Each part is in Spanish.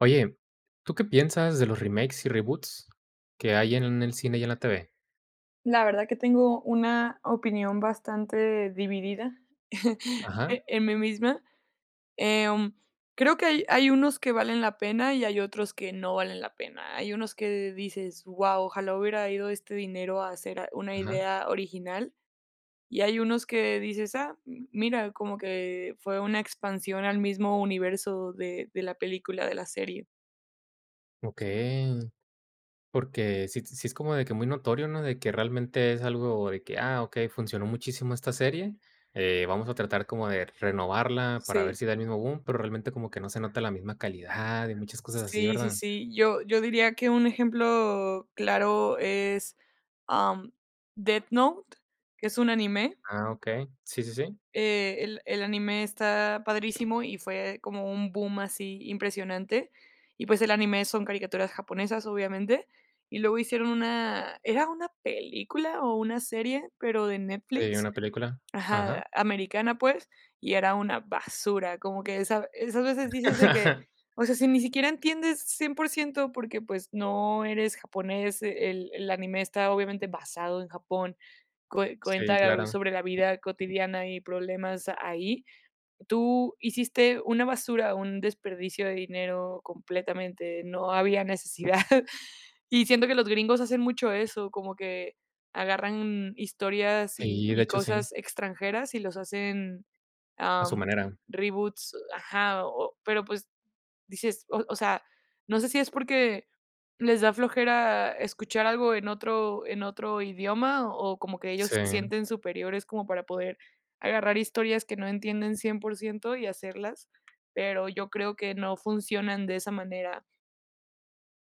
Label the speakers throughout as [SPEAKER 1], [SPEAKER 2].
[SPEAKER 1] Oye, ¿tú qué piensas de los remakes y reboots que hay en el cine y en la TV?
[SPEAKER 2] La verdad que tengo una opinión bastante dividida
[SPEAKER 1] Ajá,
[SPEAKER 2] en mí misma. em, Creo que hay unos que valen la pena y hay otros que no valen la pena. Hay unos que dices: "¡Wow! Ojalá hubiera ido este dinero a hacer a una
[SPEAKER 1] ajá,
[SPEAKER 2] idea original", y hay unos que dices: "Ah, m mira, como que fue una expansión al mismo universo de la película, de la serie".
[SPEAKER 1] okey. Porque sí es como de que muy notorio, ¿no? De que realmente es algo de que, ah, okey, funcionó muchísimo esta serie, vamos a tratar como de renovarla para ver
[SPEAKER 2] Sí.
[SPEAKER 1] si da el mismo boom, pero realmente como que no se nota la misma calidad y muchas cosas así,
[SPEAKER 2] Sí, sí,
[SPEAKER 1] ¿verdad?
[SPEAKER 2] sí. Yo diría que un ejemplo claro es am, Death Note, que es un anime.
[SPEAKER 1] Ah, okey. Sí, sí, sí.
[SPEAKER 2] El anime está padrísimo y fue como un boom así impresionante. Y pues el anime son caricaturas japonesas, obviamente. Y luego hicieron una, era una película o una serie, pero de
[SPEAKER 1] Sí,
[SPEAKER 2] Netflix,
[SPEAKER 1] una película. Ajá.
[SPEAKER 2] ajá, americana, pues, y era una basura, como que esas veces dices de que, o sea, si ni siquiera entiendes 100% porque, pues, no eres japonés. El anime está obviamente basado en Japón, cue
[SPEAKER 1] Sí,
[SPEAKER 2] cuenta
[SPEAKER 1] claro.
[SPEAKER 2] sobre la vida cotidiana y problemas ahí. Tú hiciste una basura, un desperdicio de dinero completamente, no había necesidad. Y siento que los gringos hacen mucho eso, como que agarran historias y
[SPEAKER 1] Sí, de
[SPEAKER 2] y
[SPEAKER 1] hecho sí,
[SPEAKER 2] cosas extranjeras y los hacen,
[SPEAKER 1] a su
[SPEAKER 2] am,
[SPEAKER 1] manera.
[SPEAKER 2] reboots, ajá, o pero, pues, dices, o sea, no sé si es porque les da flojera escuchar algo en otro idioma, o como que ellos
[SPEAKER 1] Sí.
[SPEAKER 2] se sienten superiores como para poder agarrar historias que no entienden 100% y hacerlas, pero yo creo que no funcionan de esa manera.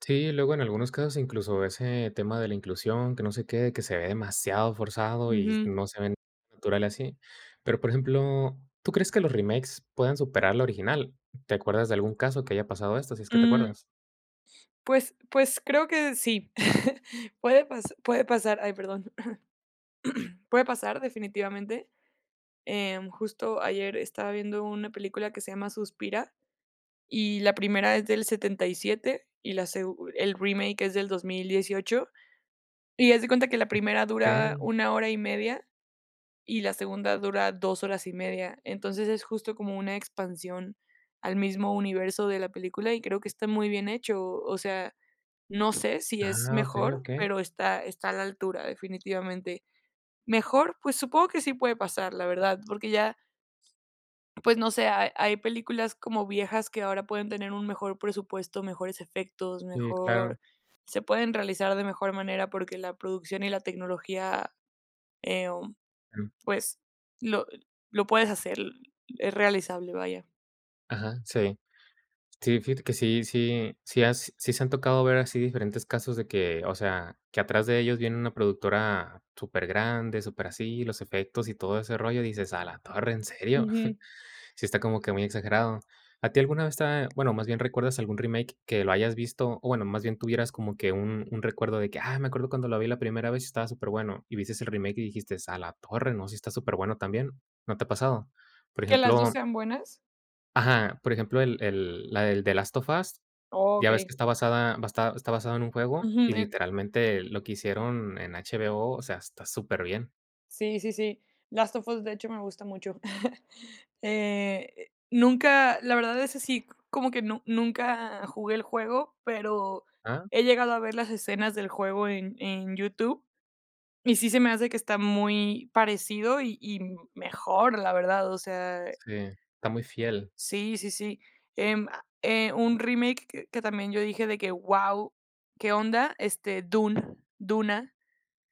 [SPEAKER 1] Sí, luego en algunos casos incluso ese tema de la inclusión, que no sé qué, que se ve demasiado forzado y
[SPEAKER 2] Ujú.
[SPEAKER 1] no se ve natural así. Pero, por ejemplo, ¿tú crees que los remakes puedan superar la original? ¿Te acuerdas de algún caso que haya pasado esto, si es que te
[SPEAKER 2] Mm,
[SPEAKER 1] acuerdas?
[SPEAKER 2] pues creo que sí. Puede pasar, ay, perdón. Puede pasar definitivamente. Justo ayer estaba viendo una película que se llama Suspira. Y la primera es del setenta y siete y la segu el remake es del 2018. Y haz de cuenta que la primera
[SPEAKER 1] Okey.
[SPEAKER 2] dura 1 hora y media y la segunda dura 2 horas y media. Entonces, es justo como una expansión al mismo universo de la película y creo que está muy bien hecho. O sea, no sé si es
[SPEAKER 1] Ah, okey,
[SPEAKER 2] mejor,
[SPEAKER 1] okey.
[SPEAKER 2] pero está a la altura, definitivamente. Mejor, pues supongo que sí puede pasar, la verdad, porque ya, pues no sé, hay películas como viejas que ahora pueden tener un mejor presupuesto, mejores efectos,
[SPEAKER 1] Sí, claro.
[SPEAKER 2] mejor se pueden realizar de mejor manera porque la producción y la tecnología, eh, um,
[SPEAKER 1] Mm,
[SPEAKER 2] pues lo lo puedes hacer, es realizable, vaya.
[SPEAKER 1] ajá, sí. Sí, fíjate que sí se han tocado ver así diferentes casos de que, o sea, que atrás de ellos viene una productora súper grande, supergrande, así, los efectos y todo ese rollo, dices: "A la torre, ¿en serio?".
[SPEAKER 2] Ujú.
[SPEAKER 1] Sí está como que muy exagerado. ¿A ti alguna vez está bueno, más bien, recuerdas algún remake que lo hayas visto? O bueno, más bien tuvieras como que un recuerdo de que: "Ah, me acuerdo cuando lo vi la primera vez y estaba súper bueno y viste el remake y dijiste: "A la torre, no, si está súper bueno también", ¿no te ha pasado? Por
[SPEAKER 2] ¿Que las dos
[SPEAKER 1] ejemplo,
[SPEAKER 2] sean buenas?
[SPEAKER 1] ajá, por ejemplo, el la del The Last of Us, ya ves
[SPEAKER 2] Okey.
[SPEAKER 1] que está basada basta está basado en un juego y
[SPEAKER 2] Ujú,
[SPEAKER 1] literalmente lo que hicieron en HBO, o sea, está súper bien.
[SPEAKER 2] sí, sí, sí. Last of Us, de hecho, me gusta mucho. Nunca, la verdad es así, como que nu nunca jugué el juego, pero
[SPEAKER 1] Ah,
[SPEAKER 2] he llegado a ver las escenas del juego en YouTube, y sí se me hace que está muy parecido y mejor, la verdad, o sea,
[SPEAKER 1] sí, está muy fiel.
[SPEAKER 2] sí, sí, sí. Ah, un remake que también yo dije de que: "Wow, ¿qué onda?". Este, Dune, Duna,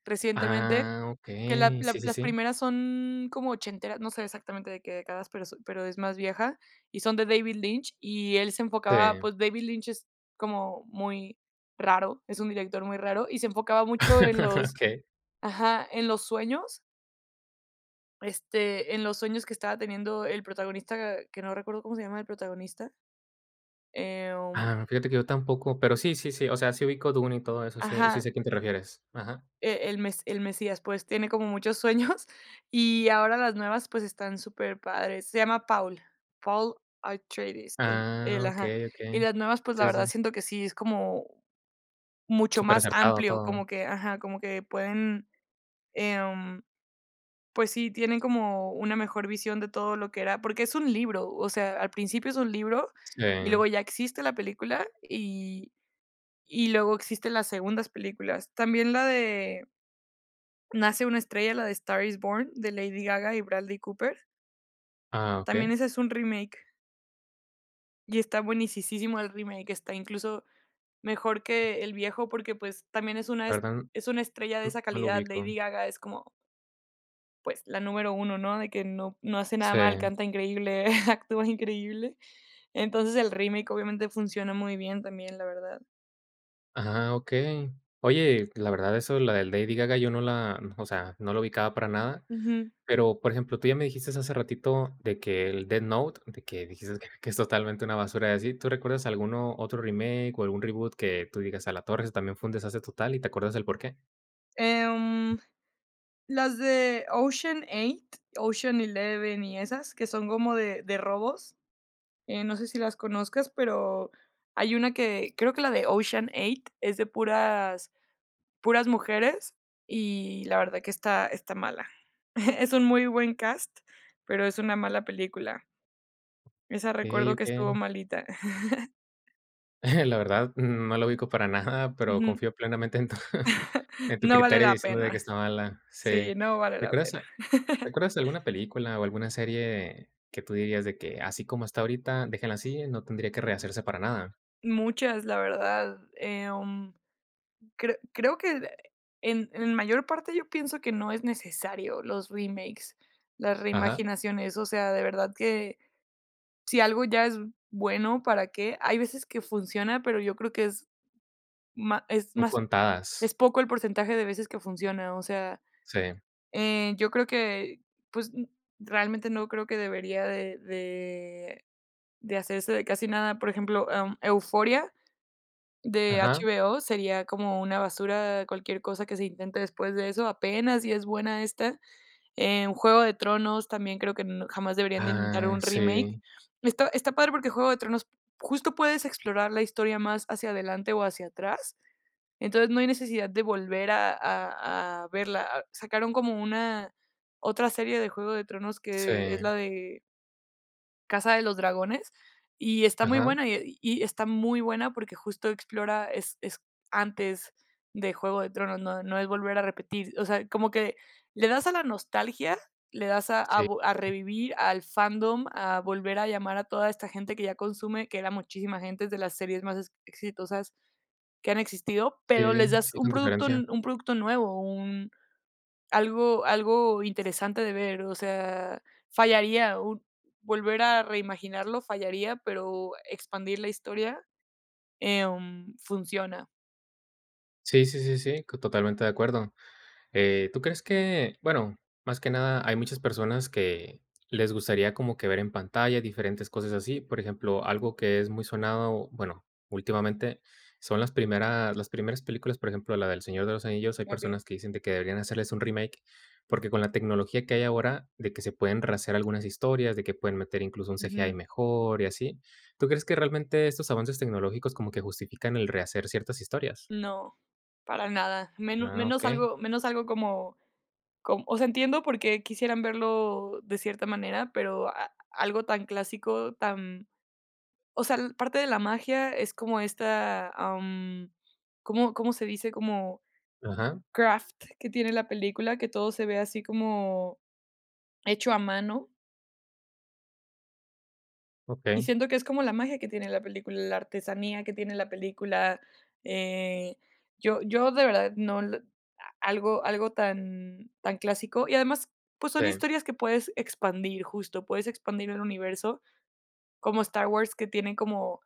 [SPEAKER 2] recientemente,
[SPEAKER 1] Ah,
[SPEAKER 2] que la
[SPEAKER 1] okey,
[SPEAKER 2] la
[SPEAKER 1] sí, sí,
[SPEAKER 2] las
[SPEAKER 1] sí.
[SPEAKER 2] primeras son como ochenteras, no sé exactamente de qué décadas, pero pero es más vieja, y son de David Lynch, y él se
[SPEAKER 1] Sí.
[SPEAKER 2] enfocaba, pues, David Lynch es como muy raro, es un director muy raro, y se enfocaba mucho en los,
[SPEAKER 1] Okey.
[SPEAKER 2] ajá, en los sueños, este, en los sueños que estaba teniendo el protagonista, que no recuerdo cómo se llama el protagonista. em,
[SPEAKER 1] Ah, fíjate que yo tampoco, pero sí, sí, sí, o sea, sí ubico Dune y todo eso, sí, sí
[SPEAKER 2] ajá.
[SPEAKER 1] sé a quién te refieres. Ajá.
[SPEAKER 2] El Mesías, pues, tiene como muchos sueños, y ahora las nuevas, pues, están súper padres. Se llama Paul, Paul Atreides, el
[SPEAKER 1] Ah,
[SPEAKER 2] ajá.
[SPEAKER 1] okey,
[SPEAKER 2] Y
[SPEAKER 1] okey.
[SPEAKER 2] las nuevas, pues, la
[SPEAKER 1] Sí,
[SPEAKER 2] verdad
[SPEAKER 1] sí,
[SPEAKER 2] siento que sí es como mucho
[SPEAKER 1] sí,
[SPEAKER 2] más
[SPEAKER 1] acertado
[SPEAKER 2] amplio,
[SPEAKER 1] todo.
[SPEAKER 2] como que ajá, como que pueden, em, pues sí, tienen como una mejor visión de todo lo que era porque es un libro, o sea, al principio es un libro, y
[SPEAKER 1] Sí.
[SPEAKER 2] luego ya existe la película, y luego existen las segundas películas. También la de Nace una estrella, la de Star is Born, de Lady Gaga y Bradley Cooper.
[SPEAKER 1] Ah,
[SPEAKER 2] También
[SPEAKER 1] okey.
[SPEAKER 2] ese es un remake y está buenisisísimo el remake, está incluso mejor que el viejo porque, pues, también es una
[SPEAKER 1] La
[SPEAKER 2] es
[SPEAKER 1] verdad, n
[SPEAKER 2] es una estrella de esa
[SPEAKER 1] no lo
[SPEAKER 2] calidad.
[SPEAKER 1] ubico.
[SPEAKER 2] Lady Gaga es como, pues, la número uno, ¿no? De que no hace nada
[SPEAKER 1] Sí.
[SPEAKER 2] mal, canta increíble, actúa increíble. Entonces, el remake obviamente funciona muy bien también, la verdad.
[SPEAKER 1] Ah, okey. Oye, la verdad, eso, la del Lady Gaga, yo no la o sea, no la ubicaba para nada.
[SPEAKER 2] Ujú.
[SPEAKER 1] Pero, por ejemplo, tú ya me dijiste hace ratito de que el Death Note, de que dijiste que es totalmente una basura y así, ¿tú recuerdas alguno otro remake o algún reboot que tú digas: "A la torre, eso también fue un desastre total", y te acuerdas del por qué?
[SPEAKER 2] Em, las de Ocean 8, Ocean 11 y esas, que son como de robos. No sé si las conozcas, pero hay una que creo que la de Ocean 8 es de puras mujeres y la verdad que está mala. Es un muy buen cast, pero es una mala película. Esa
[SPEAKER 1] Okey,
[SPEAKER 2] recuerdo que estuvo
[SPEAKER 1] okey.
[SPEAKER 2] malita.
[SPEAKER 1] La verdad, no lo ubico para nada, pero
[SPEAKER 2] Ujú.
[SPEAKER 1] confío plenamente en tu en tu
[SPEAKER 2] No vale
[SPEAKER 1] criterio
[SPEAKER 2] la
[SPEAKER 1] diciendo de que
[SPEAKER 2] pena.
[SPEAKER 1] está mala.
[SPEAKER 2] Sí,
[SPEAKER 1] Sí.
[SPEAKER 2] no vale la
[SPEAKER 1] ¿Recuerdas
[SPEAKER 2] pena.
[SPEAKER 1] a recuerdas alguna película o alguna serie que tú dirías de que así como está ahorita, déjenla así, no tendría que rehacerse para nada?
[SPEAKER 2] Muchas, la verdad. Creo que en mayor parte yo pienso que no es necesario los remakes, las
[SPEAKER 1] Ajá.
[SPEAKER 2] reimaginaciones, o sea, de verdad que, si algo ya es bueno, ¿para qué? Hay veces que funciona, pero yo creo que es ma es
[SPEAKER 1] Son
[SPEAKER 2] más es
[SPEAKER 1] contadas.
[SPEAKER 2] poco el porcentaje de veces que funciona, o sea,
[SPEAKER 1] Sí.
[SPEAKER 2] yo creo que, pues, mm, realmente no creo que debería de hacerse de casi nada. Por ejemplo, Euphoria de
[SPEAKER 1] Ajá.
[SPEAKER 2] HBO sería como una basura, cualquier cosa que se intente después de eso, apenas si es buena esta. Juego de Tronos también creo que no, jamás deberían de intentar
[SPEAKER 1] Ah,
[SPEAKER 2] un remake.
[SPEAKER 1] sí,
[SPEAKER 2] Está padre porque Juego de Tronos justo puedes explorar la historia más hacia adelante o hacia atrás, entonces no hay necesidad de volver a verla. Sacaron como una otra serie de Juego de Tronos
[SPEAKER 1] sí,
[SPEAKER 2] que es la de Casa de los Dragones, y está muy
[SPEAKER 1] ajá,
[SPEAKER 2] buena, y está muy buena porque justo explora, es antes de Juego de Tronos, no es volver a repetir, o sea, como que le das a la nostalgia, le das a a
[SPEAKER 1] sí,
[SPEAKER 2] vo a revivir al fandom, a volver a llamar a toda esta gente que ya consume, que era muchísima gente, es de las series más ex exitosas que han existido, pero les
[SPEAKER 1] sí,
[SPEAKER 2] das
[SPEAKER 1] sí, con diferencia.
[SPEAKER 2] un producto nuevo, un, algo interesante de ver, o sea, fallaría, un volver a reimaginarlo fallaría, pero expandir la historia, funciona.
[SPEAKER 1] Sí, sí, sí, sí, co totalmente de acuerdo. ¿Tú crees que, bueno, más que nada hay muchas personas que les gustaría como que ver en pantalla diferentes cosas así? Por ejemplo, algo que es muy sonado, bueno, últimamente son las primeras películas, por ejemplo, la del Señor de los Anillos, hay
[SPEAKER 2] Okey.
[SPEAKER 1] personas que dicen de que deberían hacerles un remake, porque con la tecnología que hay ahora, de que se pueden rasear algunas historias, de que pueden meter incluso un CGI
[SPEAKER 2] Ujú.
[SPEAKER 1] mejor y así. ¿Tú crees que realmente estos avances tecnológicos como que justifican el rehacer ciertas historias?
[SPEAKER 2] No, para nada. Meno
[SPEAKER 1] Ah, ok.
[SPEAKER 2] menos algo como com o sea, entiendo por qué quisieran verlo de cierta manera, pero a algo tan clásico, tan, o sea, parte de la magia es como esta, ¿cómo se dice? Como
[SPEAKER 1] Ajá,
[SPEAKER 2] craft que tiene la película, que todo se ve así como hecho a mano, y
[SPEAKER 1] ok.
[SPEAKER 2] siento que es como la magia que tiene la película, la artesanía que tiene la película. Eh, yo de verdad no l a algo algo tan tan clásico y además, pues, son
[SPEAKER 1] Sí.
[SPEAKER 2] historias que puedes expandir, justo, puedes expandir el universo, como Star Wars, que tiene como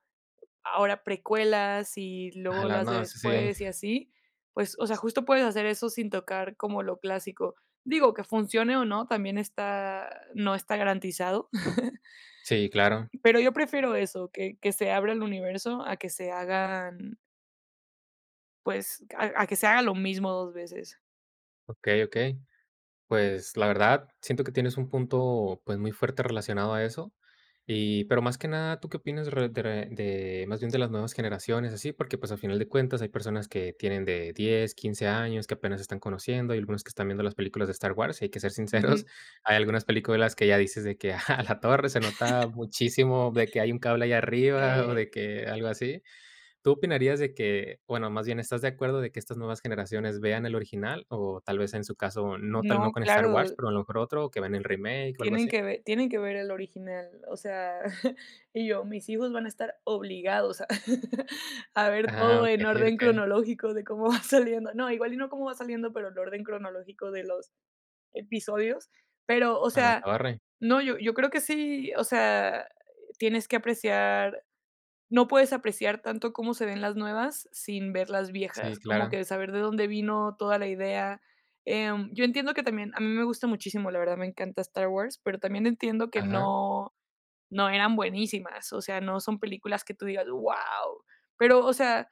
[SPEAKER 2] ahora precuelas y luego
[SPEAKER 1] Ojalá,
[SPEAKER 2] las de
[SPEAKER 1] no, sí, sí.
[SPEAKER 2] después y así, pues, o sea, justo puedes hacer eso sin tocar como lo clásico. Digo, que funcione o no, también está, no está garantizado.
[SPEAKER 1] Sí, claro.
[SPEAKER 2] Pero yo prefiero eso, que se abra el universo a que se hagan, pues, a que se haga lo mismo dos veces.
[SPEAKER 1] Okey, okey. Pues, la verdad, siento que tienes un punto, pues, muy fuerte relacionado a eso. Y, pero más que nada, ¿tú qué opinas re de más bien de las nuevas generaciones, así? Porque, pues, al final de cuentas hay personas que tienen de 10, 15 años, que apenas están conociendo, y algunos que están viendo las películas de Star Wars, y hay que ser
[SPEAKER 2] Ujú,
[SPEAKER 1] sinceros, hay algunas películas que ya dices de que: "A la torre, se nota muchísimo de que hay un cable allá arriba", o
[SPEAKER 2] eh,
[SPEAKER 1] de que algo así. ¿Tú opinarías de que, bueno, más bien, estás de acuerdo de que estas nuevas generaciones vean el original? O tal vez en su caso, no
[SPEAKER 2] no,
[SPEAKER 1] con Star Wars,
[SPEAKER 2] claro.
[SPEAKER 1] pero a lo mejor otro, o que vean el remake o algo
[SPEAKER 2] Tienen
[SPEAKER 1] así.
[SPEAKER 2] que ver tienen que ver el original, o sea, y yo, mis hijos van a estar obligados a a ver
[SPEAKER 1] Ah,
[SPEAKER 2] todo en
[SPEAKER 1] okey,
[SPEAKER 2] orden
[SPEAKER 1] okey.
[SPEAKER 2] cronológico de cómo va saliendo. No, igual y no cómo va saliendo, pero el orden cronológico de los episodios. Pero, o
[SPEAKER 1] A la
[SPEAKER 2] sea,
[SPEAKER 1] torre.
[SPEAKER 2] no, yo creo que sí, o sea, tienes que apreciar, no puedes apreciar tanto cómo se ven las nuevas sin ver las viejas,
[SPEAKER 1] Sí,
[SPEAKER 2] como
[SPEAKER 1] claro.
[SPEAKER 2] que saber de dónde vino toda la idea. Yo entiendo que también a mí me gusta muchísimo, la verdad me encanta Star Wars, pero también entiendo que
[SPEAKER 1] Ajá.
[SPEAKER 2] no eran buenísimas, o sea, no son películas que tú digas: wow. Pero, o sea,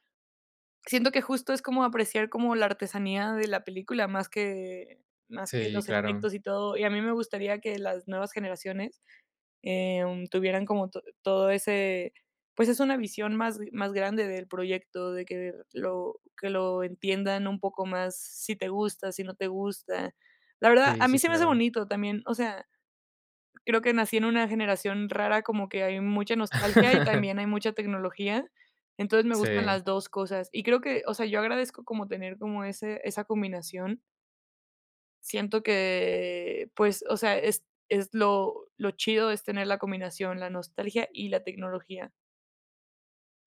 [SPEAKER 2] siento que justo es como apreciar como la artesanía de la película más que
[SPEAKER 1] Sí,
[SPEAKER 2] los
[SPEAKER 1] claro.
[SPEAKER 2] efectos y todo, y a mí me gustaría que las nuevas generaciones tuvieran como to todo ese, pues es una visión más grande del proyecto, de que lo entiendan un poco más, si te gusta, si no te gusta. La verdad,
[SPEAKER 1] Sí,
[SPEAKER 2] a mí
[SPEAKER 1] sí,
[SPEAKER 2] se me hace
[SPEAKER 1] claro.
[SPEAKER 2] bonito también, o sea, creo que nací en una generación rara, como que hay mucha nostalgia y también hay mucha tecnología, entonces me gustan
[SPEAKER 1] Sí.
[SPEAKER 2] las 2 cosas. Y creo que, o sea, yo agradezco como tener como ese esa combinación. Siento que, pues, o sea, es lo chido es tener la combinación, la nostalgia y la tecnología.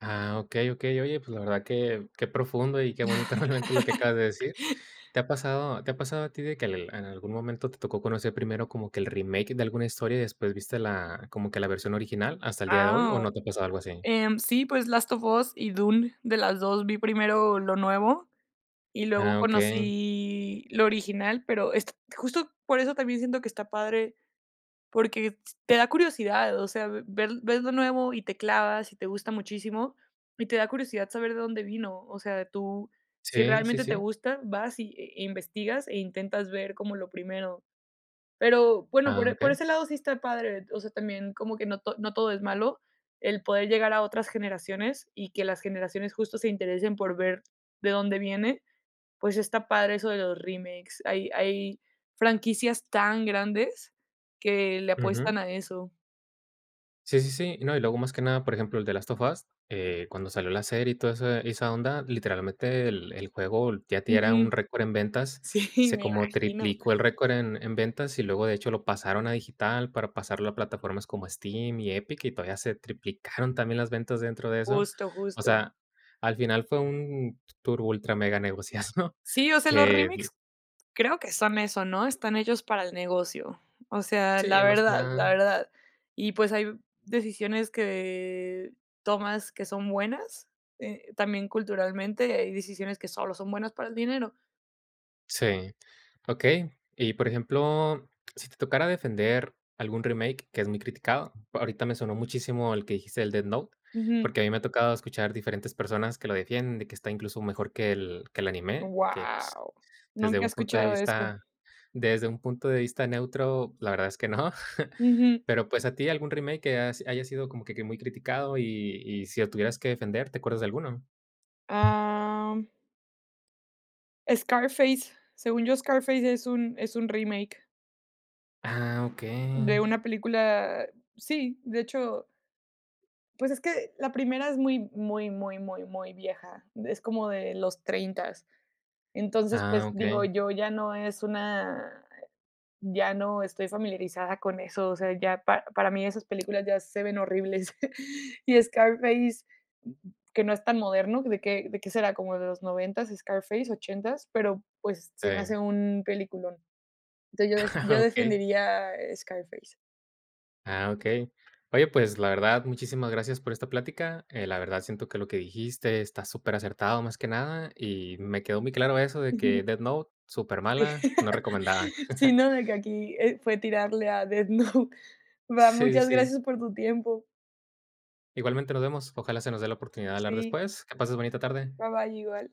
[SPEAKER 1] Ah, okey, okey. Oye, pues, la verdad que qué profundo y qué bonito realmente lo que acabas de decir. ¿Te ha pasado a ti de que al en algún momento te tocó conocer primero como que el remake de alguna historia y después viste la como que la versión original hasta el día de hoy, o
[SPEAKER 2] Ah,
[SPEAKER 1] no te ha pasado algo así?
[SPEAKER 2] sí, pues, Last of Us y Dune, de las 2 vi primero lo nuevo y luego
[SPEAKER 1] Ah, okey.
[SPEAKER 2] conocí lo original, pero es justo por eso también siento que está padre. Porque te da curiosidad, o sea, ve- ver ves lo nuevo y te clavas y te gusta muchísimo, y te da curiosidad saber de dónde vino. O sea, tú, si
[SPEAKER 1] Sí, sí,
[SPEAKER 2] realmente te
[SPEAKER 1] sí.
[SPEAKER 2] gusta, vas e investigas e intentas ver como lo primero. Pero bueno, por
[SPEAKER 1] Ah,
[SPEAKER 2] e por
[SPEAKER 1] okey.
[SPEAKER 2] ese lado sí está padre, o sea, también como que no todo es malo, el poder llegar a otras generaciones y que las generaciones justo se interesen por ver de dónde viene, pues está padre eso de los remakes. Hay franquicias tan grandes que le
[SPEAKER 1] Ujú.
[SPEAKER 2] apuestan a eso.
[SPEAKER 1] Sí, sí, sí. No, y luego más que nada, por ejemplo, el de Last of Us, cuando salió la serie y toda esa onda, literalmente el juego ya era un
[SPEAKER 2] Ujú.
[SPEAKER 1] récord en ventas,
[SPEAKER 2] Sí,
[SPEAKER 1] se
[SPEAKER 2] me
[SPEAKER 1] como
[SPEAKER 2] imagino.
[SPEAKER 1] triplicó el récord en ventas y luego de hecho lo pasaron a digital para pasarlo a plataformas como Steam y Epic y todavía se triplicaron también las ventas dentro de eso.
[SPEAKER 2] Justo,
[SPEAKER 1] O
[SPEAKER 2] justo.
[SPEAKER 1] sea, al final fue un turbo ultra mega negociazo
[SPEAKER 2] Sí, o sea, los
[SPEAKER 1] que
[SPEAKER 2] remakes creo que son eso, ¿no? Están hechos para el negocio. O sea, la
[SPEAKER 1] sí, más que
[SPEAKER 2] verdad,
[SPEAKER 1] nada.
[SPEAKER 2] la verdad. Y pues hay decisiones que tomas que son buenas, también culturalmente, hay decisiones que solo son buenas para el dinero.
[SPEAKER 1] Sí. Okey. Y, por ejemplo, si te tocara defender algún remake que es muy criticado, ahorita me sonó muchísimo el que dijiste del Death Note,
[SPEAKER 2] Wow,
[SPEAKER 1] porque a mí me ha tocado escuchar diferentes personas que lo defienden, de que está incluso mejor que el anime, que, pues, desde
[SPEAKER 2] nunca he
[SPEAKER 1] un punto de
[SPEAKER 2] escuchado eso.
[SPEAKER 1] vista desde un punto de vista neutro, la verdad es que no.
[SPEAKER 2] Ujú.
[SPEAKER 1] Pero, pues, a ti algún remake que has haya sido como que muy criticado y si lo tuvieras que defender, ¿te acuerdas de alguno?
[SPEAKER 2] Ah, Scarface, según yo, Scarface es un remake
[SPEAKER 1] Ah, okey.
[SPEAKER 2] de una película, sí, de hecho, pues, es que la primera es muy, muy, muy, muy, muy vieja, es como de los 30. Entonces,
[SPEAKER 1] Ah,
[SPEAKER 2] pues, digo,
[SPEAKER 1] okey.
[SPEAKER 2] yo, ya no estoy familiarizada con eso, o sea, ya para mí esas películas ya se ven horribles. Y Scarface, que no es tan moderno, de qué será? Como de los noventas, Scarface, ochentas, pero pues se me
[SPEAKER 1] Sí.
[SPEAKER 2] hace un peliculón. Entonces yo, def- yo
[SPEAKER 1] Okey.
[SPEAKER 2] defendería, Scarface.
[SPEAKER 1] Ah, okey. Oye, pues, la verdad, muchísimas gracias por esta plática. La verdad, siento que lo que dijiste está súper acertado, más que nada, y me quedó muy claro eso de que Death Note, súper
[SPEAKER 2] Sí.
[SPEAKER 1] mala, no recomendada.
[SPEAKER 2] Sí, no, de que aquí, fue tirarle a Death Note. Va,
[SPEAKER 1] Sí, sí,
[SPEAKER 2] muchas
[SPEAKER 1] sí.
[SPEAKER 2] gracias por tu tiempo.
[SPEAKER 1] Igualmente nos vemos. Ojalá se nos dé la oportunidad de hablar
[SPEAKER 2] Sí,
[SPEAKER 1] después. Que pases bonita tarde.
[SPEAKER 2] bye bye, igual.